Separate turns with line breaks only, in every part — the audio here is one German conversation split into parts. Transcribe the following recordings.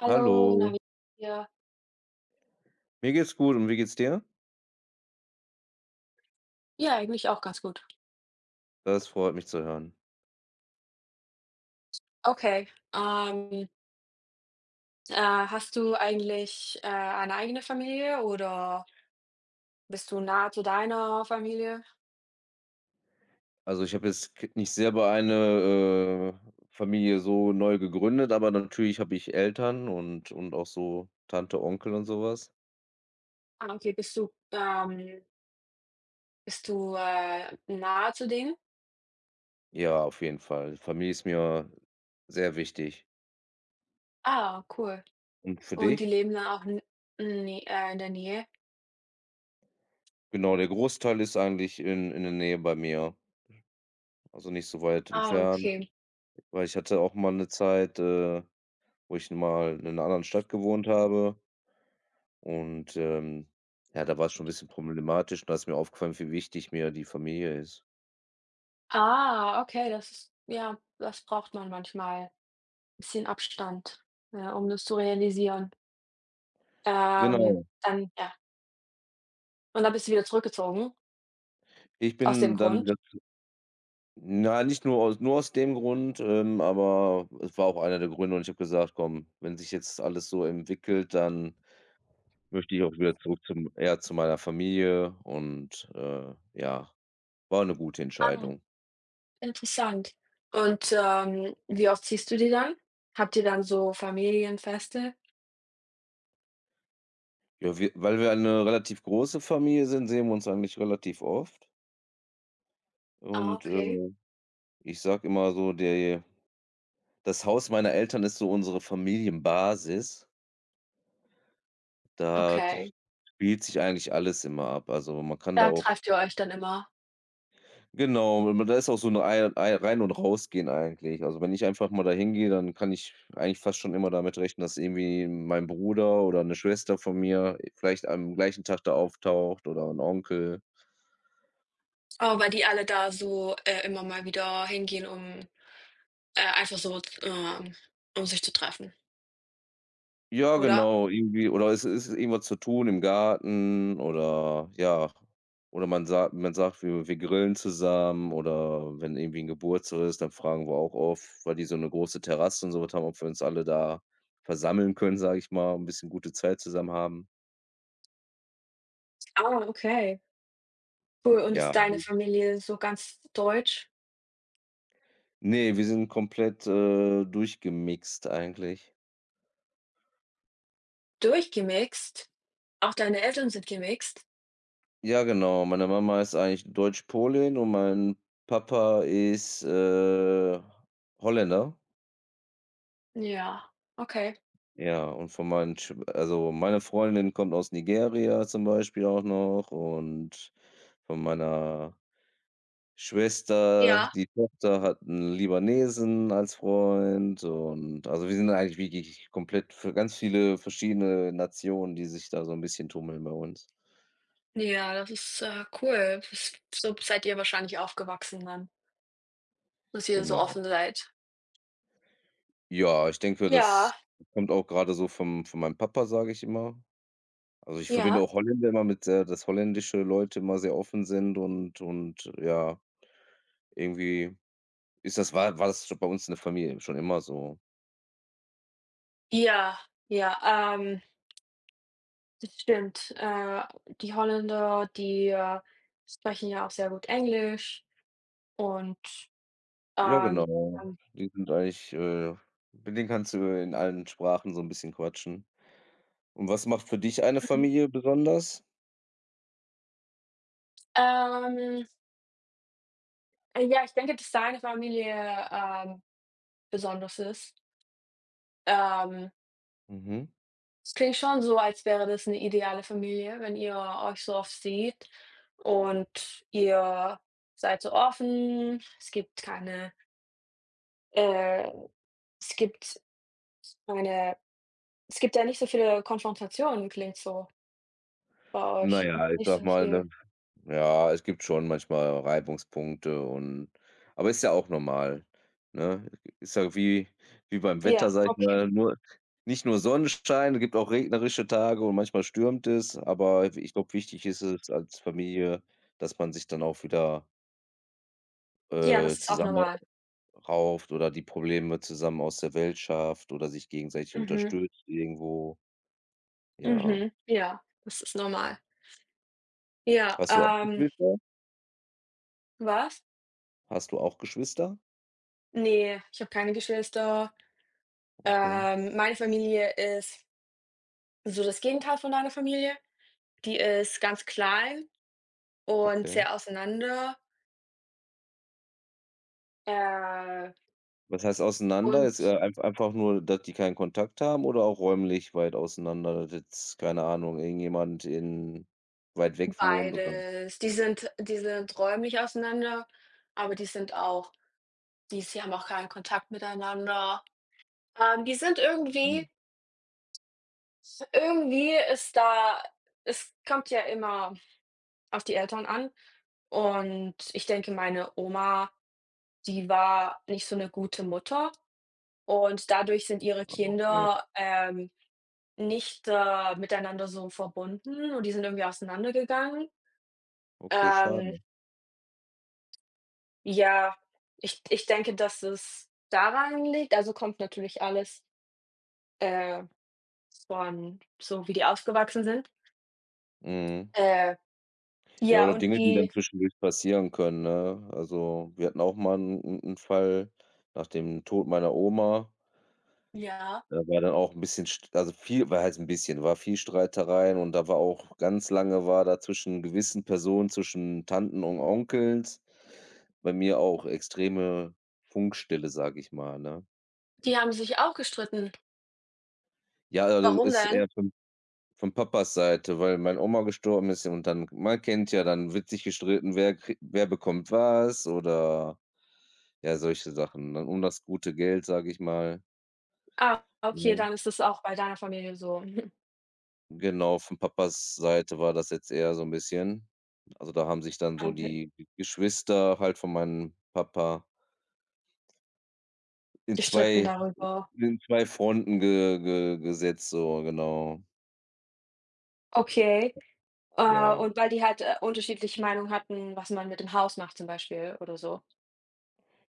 Hallo, na,
Hallo,
wie ja.
mir geht's gut und wie geht's dir?
Ja, eigentlich auch ganz gut.
Das freut mich zu hören.
Okay, ähm, hast du eigentlich, eine eigene Familie, oder bist du nah zu deiner Familie?
Also, ich habe jetzt k nicht selber eine, Familie so neu gegründet, aber natürlich habe ich Eltern und auch so Tante, Onkel und sowas.
Ah, okay, bist du, nahe zu denen?
Ja, auf jeden Fall. Familie ist mir sehr wichtig.
Ah, cool.
Und für
Und die
dich?
leben dann auch n ne in der Nähe?
Genau, der Großteil ist eigentlich in der Nähe bei mir, also nicht so weit
Ah,
entfernt,
okay.
weil ich hatte auch mal eine Zeit, wo ich mal in einer anderen Stadt gewohnt habe. Und, ja, da war es schon ein bisschen problematisch und da ist mir aufgefallen, wie wichtig mir die Familie ist.
Ah, okay, das ist ja, das braucht man manchmal, bisschen Abstand, ja, um das zu realisieren.
Genau.
Dann ja. Und dann bist du wieder zurückgezogen?
Ich
Aus dem
bin dann
Grund?
das- Na, nicht nur aus dem Grund, aber es war auch einer der Gründe und ich habe gesagt: „Komm, wenn sich jetzt alles so entwickelt, dann möchte ich auch wieder zurück zum eher zu meiner Familie" und, ja, war eine gute
Ah,
Entscheidung.
interessant. Und, wie oft siehst du die dann? Habt ihr dann so Familienfeste?
Ja, wir weil wir eine relativ große Familie sind, sehen wir uns eigentlich relativ oft
Ah,
und,
okay,
ich sage immer so, der Das Haus meiner Eltern ist so unsere Familienbasis. Da d
okay.
spielt sich eigentlich alles immer ab. Also, man kann da
Da
auch
trefft ihr euch dann immer?
genau, man da ist auch so ein Ei Ei Rein und Rausgehen eigentlich. Also, wenn ich einfach mal da hingehe, dann kann ich eigentlich fast schon immer damit rechnen, dass irgendwie mein Bruder oder eine Schwester von mir vielleicht am gleichen Tag da auftaucht oder ein Onkel.
Oh, weil die alle da so, immer mal wieder hingehen, um, einfach so, um sich zu treffen,
Ja,
oder?
genau, irgendwie oder es ist irgendwas zu tun im Garten oder ja, oder man sagt, wir grillen zusammen oder wenn irgendwie ein Geburtstag ist, dann fragen wir auch oft, weil die so eine große Terrasse und so was haben, ob wir uns alle da versammeln können, sage ich mal, ein bisschen gute Zeit zusammen haben.
Ah, okay, cool. Und
Ja.
ist deine Familie so ganz deutsch
Nee, wir sind komplett, durchgemixt eigentlich.
durchgemixt? Auch deine Eltern sind gemixt?
Ja, genau, meine Mama ist eigentlich Deutsch-Polin und mein Papa ist, Holländer.
Ja, okay.
Ja, und von meinen Sch also, meine Freundin kommt aus Nigeria zum Beispiel auch noch und von meiner Schwester,
Ja.
die Tochter hat einen Libanesen als Freund und also, wir sind eigentlich wirklich komplett für ganz viele verschiedene Nationen, die sich da so ein bisschen tummeln bei uns.
Ja, das ist, cool. S so seid ihr wahrscheinlich aufgewachsen dann, dass ihr so
Genau.
offen seid.
Ja, ich denke, das
Ja,
kommt auch gerade so vom von meinem Papa, sage ich immer. Also, ich verbinde
ja.
auch Holländer immer mit, dass holländische Leute immer sehr offen sind und ja. Irgendwie ist das war das schon bei uns in der Familie schon immer so.
Ja, ja, das stimmt. Die Holländer, die, sprechen ja auch sehr gut Englisch und,
Ja,
ähm,
genau.
ähm,
Die sind eigentlich, mit denen kannst du in allen Sprachen so 'n bisschen quatschen. Und was macht für dich eine
mhm.
Familie besonders?
ähm, ja, ich denke, dass deine Familie, ähm, besonders ist. Ähm,
Mhm.
Es klingt schon so, als wäre das eine ideale Familie, wenn ihr euch so oft seht. Und ihr seid so offen, äh, es gibt keine es gibt ja nicht so viele Konfrontationen, klingt so bei
Na
euch.
ja, ich
Nicht
sage
so
mal,
viel,
ja, es gibt schon manchmal Reibungspunkte aber ist ja auch normal, ne? Ist ja wie beim Wetter,
ja,
sage ich
okay.
mal, nur nicht nur Sonnenschein, es gibt auch regnerische Tage und manchmal stürmt es, aber ich glaube, wichtig ist es als Familie, dass man sich dann auch wieder,
Ja,
äh,
das ist auch normal.
zusammenrauft oder die Probleme zusammen aus der Welt schafft oder sich gegenseitig
Mhm,
unterstützt irgendwo. Ja.
mhm, ja, das ist normal. Ja,
Hast du auch Geschwister?
was?
Hast du auch Geschwister?
Nee, ich habe keine Geschwister.
Okay,
Meine Familie ist so das Gegenteil von deiner Familie. Die ist ganz klein und
okay.
sehr auseinander, äh,
Was heißt auseinander?
und
Jetzt, einfach nur, dass die keinen Kontakt haben oder auch räumlich weit auseinander, dass jetzt, keine Ahnung, irgendjemand in weit weg wohnt oder
beides. Die sind räumlich auseinander, aber die sind auch die sie haben auch keinen Kontakt miteinander. Die sind
hm,
irgendwie irgendwie ist da es kommt ja immer auf die Eltern an, und ich denke, meine Oma, die war nicht so eine gute Mutter, und dadurch sind ihre
okay.
Kinder, nicht, miteinander so verbunden, und die sind irgendwie auseinandergegangen.
Okay,
Ähm
schade.
Ja, ich denke, dass es daran liegt, also, kommt natürlich alles, äh, von so, wie die aufgewachsen sind.
Mhm.
Äh,
Ja,
ja,
oder
und
Dinge, die dann
die,
zwischendurch passieren können, ne? Also, wir hatten auch mal einen 'n Fall nach dem Tod meiner Oma.
ja,
Da war dann auch 'n bisschen St also viel war heißt 'n bisschen war viel Streitereien und da war auch ganz lange war da zwischen gewissen Personen, zwischen Tanten und Onkels bei mir auch extreme Funkstille, sage ich mal, ne?
die haben sich auch gestritten.
Ja, also
Warum
ist
denn?
eher von Papas Seite, weil meine Oma gestorben ist und dann man kennt ja, dann wird sich gestritten, wer bekommt was oder ja, solche Sachen, ne, um das gute Geld, sage ich mal,
Ah, okay,
ja.
dann ist es auch bei deiner Familie so.
Genau, von Papas Seite war das jetzt eher so 'n bisschen also, da haben sich dann so
Mhm. Okay.
die G Geschwister halt von meinem Papa in
Gestritten
2
darüber.
in 2 Fronten ge ge gesetzt, so, genau.
Okay.
Ja.
Und weil die halt, unterschiedliche Meinungen hatten, was man mit dem Haus macht, zum Beispiel, oder so.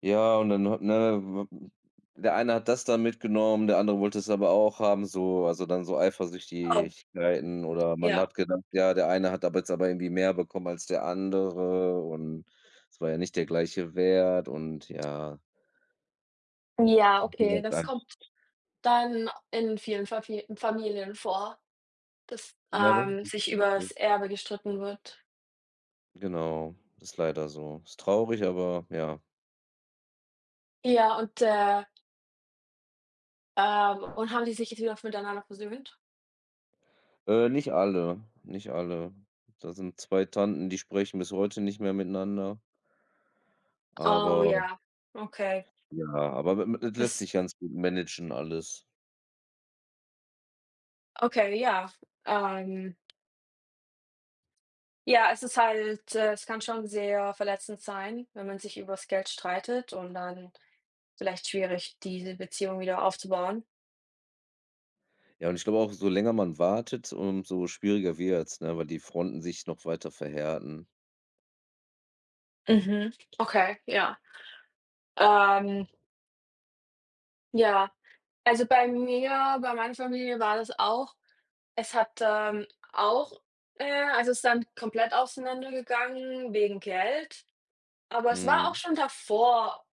Ja, und dann hat ne, w der eine hat das dann mitgenommen, der andere wollte es aber auch haben, so also, dann so
Oh,
Eifersüchtigkeiten oder man
ja.
hat gedacht, ja, der eine hat aber jetzt irgendwie mehr bekommen als der andere und es war ja nicht der gleiche Wert und ja.
Ja, okay, das kommt dann in vielen Favi Familien vor. Dass,
Ja, das ist
sich über
das
das Erbe gestritten wird.
genau, ist leider so. Ist traurig, aber ja.
Ja, und haben die sich jetzt wieder miteinander versöhnt?
Nicht alle, nicht alle. Da sind 2 Tanten, die sprechen bis heute nicht mehr miteinander,
Oh,
aber
ja, okay.
ja, aber m das lässt
Das
sich ganz gut managen alles.
Okay, ja. Ähm, ja, es ist halt es kann schon sehr verletzend sein, wenn man sich übers Geld streitet und dann vielleicht schwierig, diese Beziehung wieder aufzubauen.
Ja, und ich glaube auch, so länger man wartet, umso schwieriger wird's, ne, weil die Fronten sich noch weiter verhärten.
Mhm. Okay, ja. Ähm, ja, also bei meiner Familie war das auch. Es hat, ähm, auch also, es ist dann komplett auseinandergegangen wegen Geld, aber es war auch
Mhm,
schon davor,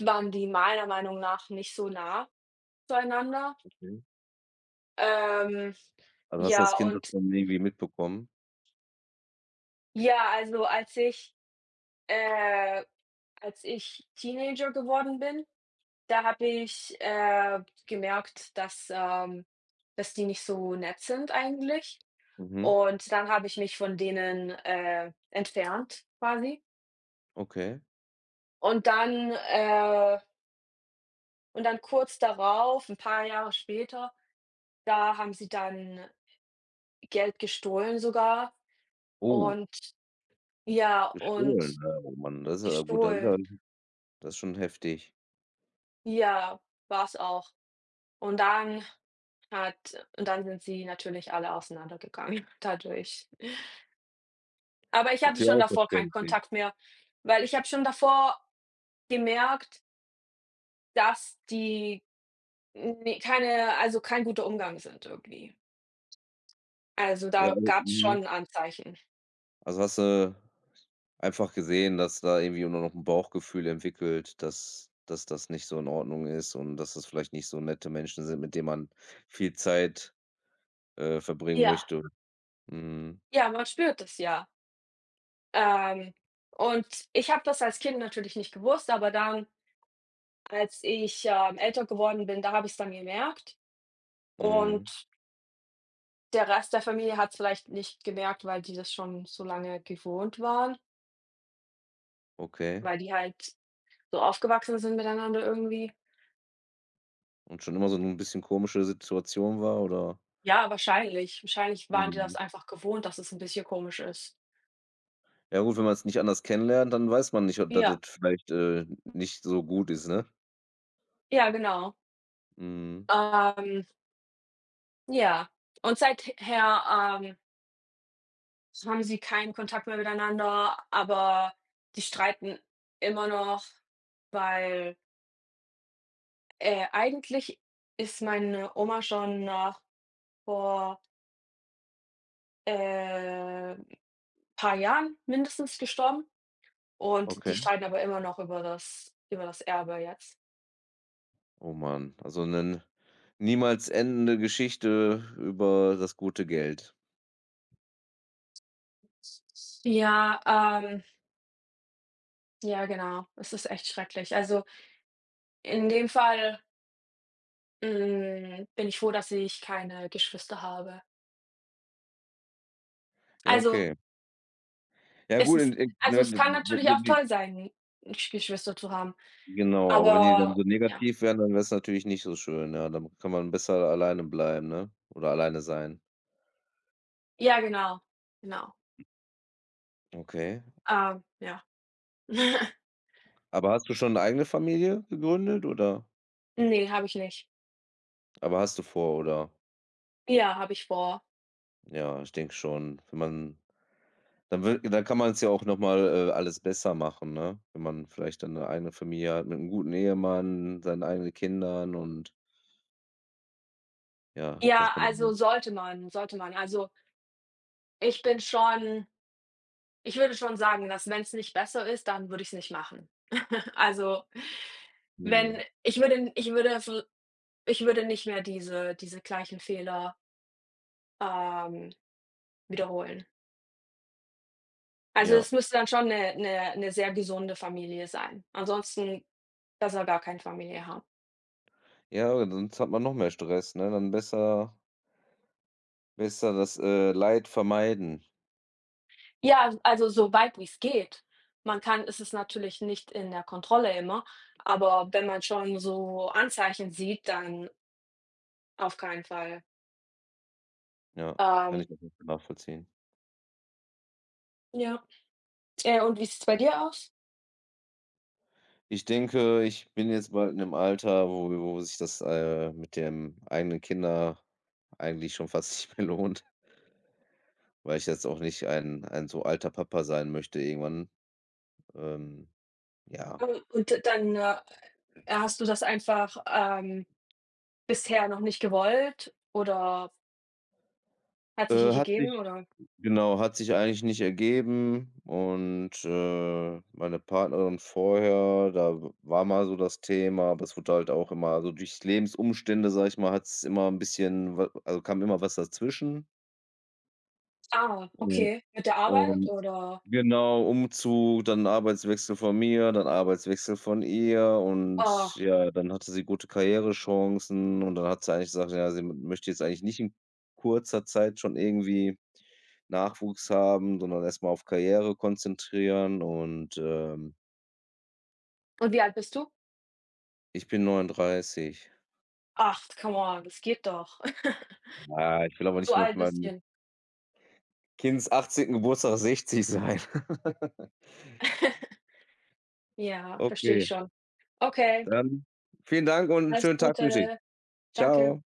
waren die meiner Meinung nach nicht so nah zueinander.
okay.
Ähm,
Also, hast das
ja,
Kind das
und
dann irgendwie mitbekommen?
ja, also, äh, als ich Teenager geworden bin, da habe ich, gemerkt, dass die nicht so nett sind eigentlich.
Mhm,
Und dann habe ich mich von denen, entfernt quasi.
okay.
Und dann äh, und dann kurz darauf, ein paar Jahre später, da haben sie dann Geld gestohlen sogar,
Oh,
und ja,
schön.
und
Ja, oh Mann, das ist ja gut, das ist ja
gestohlen.
das ist schon heftig.
Ja, war's auch. Und dann und dann sind sie natürlich alle auseinandergegangen dadurch. Aber ich hatte
Okay,
schon
auch
davor keinen
verständlich.
Kontakt mehr, weil ich habe schon davor gemerkt, dass die, ne, keine, also, kein guter Umgang sind irgendwie. Also,
Ja,
da
also
gab's
mhm.
schon Anzeichen.
Also, hast du einfach gesehen, dass da irgendwie nur noch 'n Bauchgefühl entwickelt, dass das nicht so in Ordnung ist und dass das vielleicht nicht so nette Menschen sind, mit denen man viel Zeit, verbringen
Ja.
möchte. Mhm,
Ja, man spürt es ja. Ähm, und ich habe das als Kind natürlich nicht gewusst, aber dann, als ich, älter geworden bin, da habe ich's dann gemerkt,
mhm,
und der Rest der Familie hat's vielleicht nicht gemerkt, weil die das schon so lange gewohnt waren,
okay.
weil die halt so aufgewachsen sind miteinander irgendwie.
Und schon immer so 'n bisschen komische Situation war, oder?
Ja, wahrscheinlich. Wahrscheinlich waren die
Mhm.
das einfach gewohnt, dass es ein bisschen komisch ist.
Ja gut, wenn man's nicht anders kennenlernt, dann weiß man nicht, ob da das
Ja,
vielleicht, nicht so gut ist, ne?
ja, genau.
Mhm,
Ähm, ja. Und seither, ähm so haben sie keinen Kontakt mehr miteinander, aber die streiten immer noch, weil, eigentlich ist meine Oma schon nach vor, äh, paar Jahren mindestens gestorben, und die
okay.
streiten aber immer noch über das Erbe jetzt.
Oh Mann, also eine niemals endende Geschichte über das gute Geld.
Ja, ja, genau. Es ist echt schrecklich. Also, in dem Fall, bin ich froh, dass ich keine Geschwister habe.
Ja,
Also,
okay. Ja gut, in ne,
Es
d
kann
w
natürlich
wenn
auch
die
toll sein, Geschwister zu haben,
genau, aber wenn die dann
aber
so
ja.
negativ wären, dann wär's natürlich nicht so schön, ja. Dann kann man besser alleine bleiben, ne, oder alleine sein.
Ja, genau, genau.
Okay.
Ja.
Aber hast du schon eine eigene Familie gegründet, oder?
Ne, habe ich nicht.
Aber hast du vor, oder?
Ja, habe ich vor.
Ja, ich denke schon, wenn man Dann wür dann kann man's ja auch noch mal, alles besser machen, ne? Wenn man vielleicht dann 'ne eigene Familie hat mit 'nem guten Ehemann, seinen eigenen Kindern und ja, dass
Ja,
man dann
also, sollte man. Also, ich bin schon ich würde schon sagen, dass, wenn's nicht besser ist, dann würde ich's nicht machen. Also, wenn ich würde ich würde v ich würde nicht mehr diese gleichen Fehler, ähm, wiederholen. Also,
ja.
es müsste dann schon 'ne sehr gesunde Familie sein. Ansonsten besser gar keine Familie haben.
Ja, sonst hat man noch mehr Stress, ne? Dann besser das, Leid vermeiden.
Ja, also, so weit wie's geht. Man kann Es ist natürlich nicht in der Kontrolle immer, aber wenn man schon so Anzeichen sieht, dann auf keinen Fall.
Ja, kann
Ähm,
ich auf jeden Fall nachvollziehen.
ja. Und wie sieht's bei dir aus?
Ich denke, ich bin jetzt bald in 'nem Alter, wo sich das, mit dem eigenen Kinder eigentlich schon fast nicht mehr lohnt, weil ich jetzt auch nicht ein so alter Papa sein möchte irgendwann. Ähm Ja.
Und dann, hast du das einfach, bisher noch nicht gewollt, oder hat sich
Äh,
nicht
hat sich
ergeben, oder?
genau, hat sich eigentlich nicht ergeben und, meine Partnerin vorher, da w war mal so das Thema, aber es wurde halt auch immer so durch Lebensumstände, sage ich mal, hat es immer ein bisschen wa also, kam immer was dazwischen.
Ah,
Ja.
okay. Mit der Arbeit
Und
oder?
Genau, Umzug, dann Arbeitswechsel von mir, dann Arbeitswechsel von ihr und
Oh.
ja, dann hatte sie gute Karrierechancen und dann hat sie eigentlich gesagt, ja, sie m möchte jetzt eigentlich nicht in kurzer Zeit schon irgendwie Nachwuchs haben, sondern erst mal auf Karriere konzentrieren und,
Und wie alt bist du?
ich bin 39.
Ach, come on, das geht doch.
Ja, ich will aber
So
nicht mit
ein
meinem
bisschen.
Kinds 18. Geburtstag 60 sein.
Ja, verstehe ich
Okay,
schon. Okay,
dann vielen Dank und 'n
alles
schönen Tag wünsche ich.
Gute. Danke.
Ciao.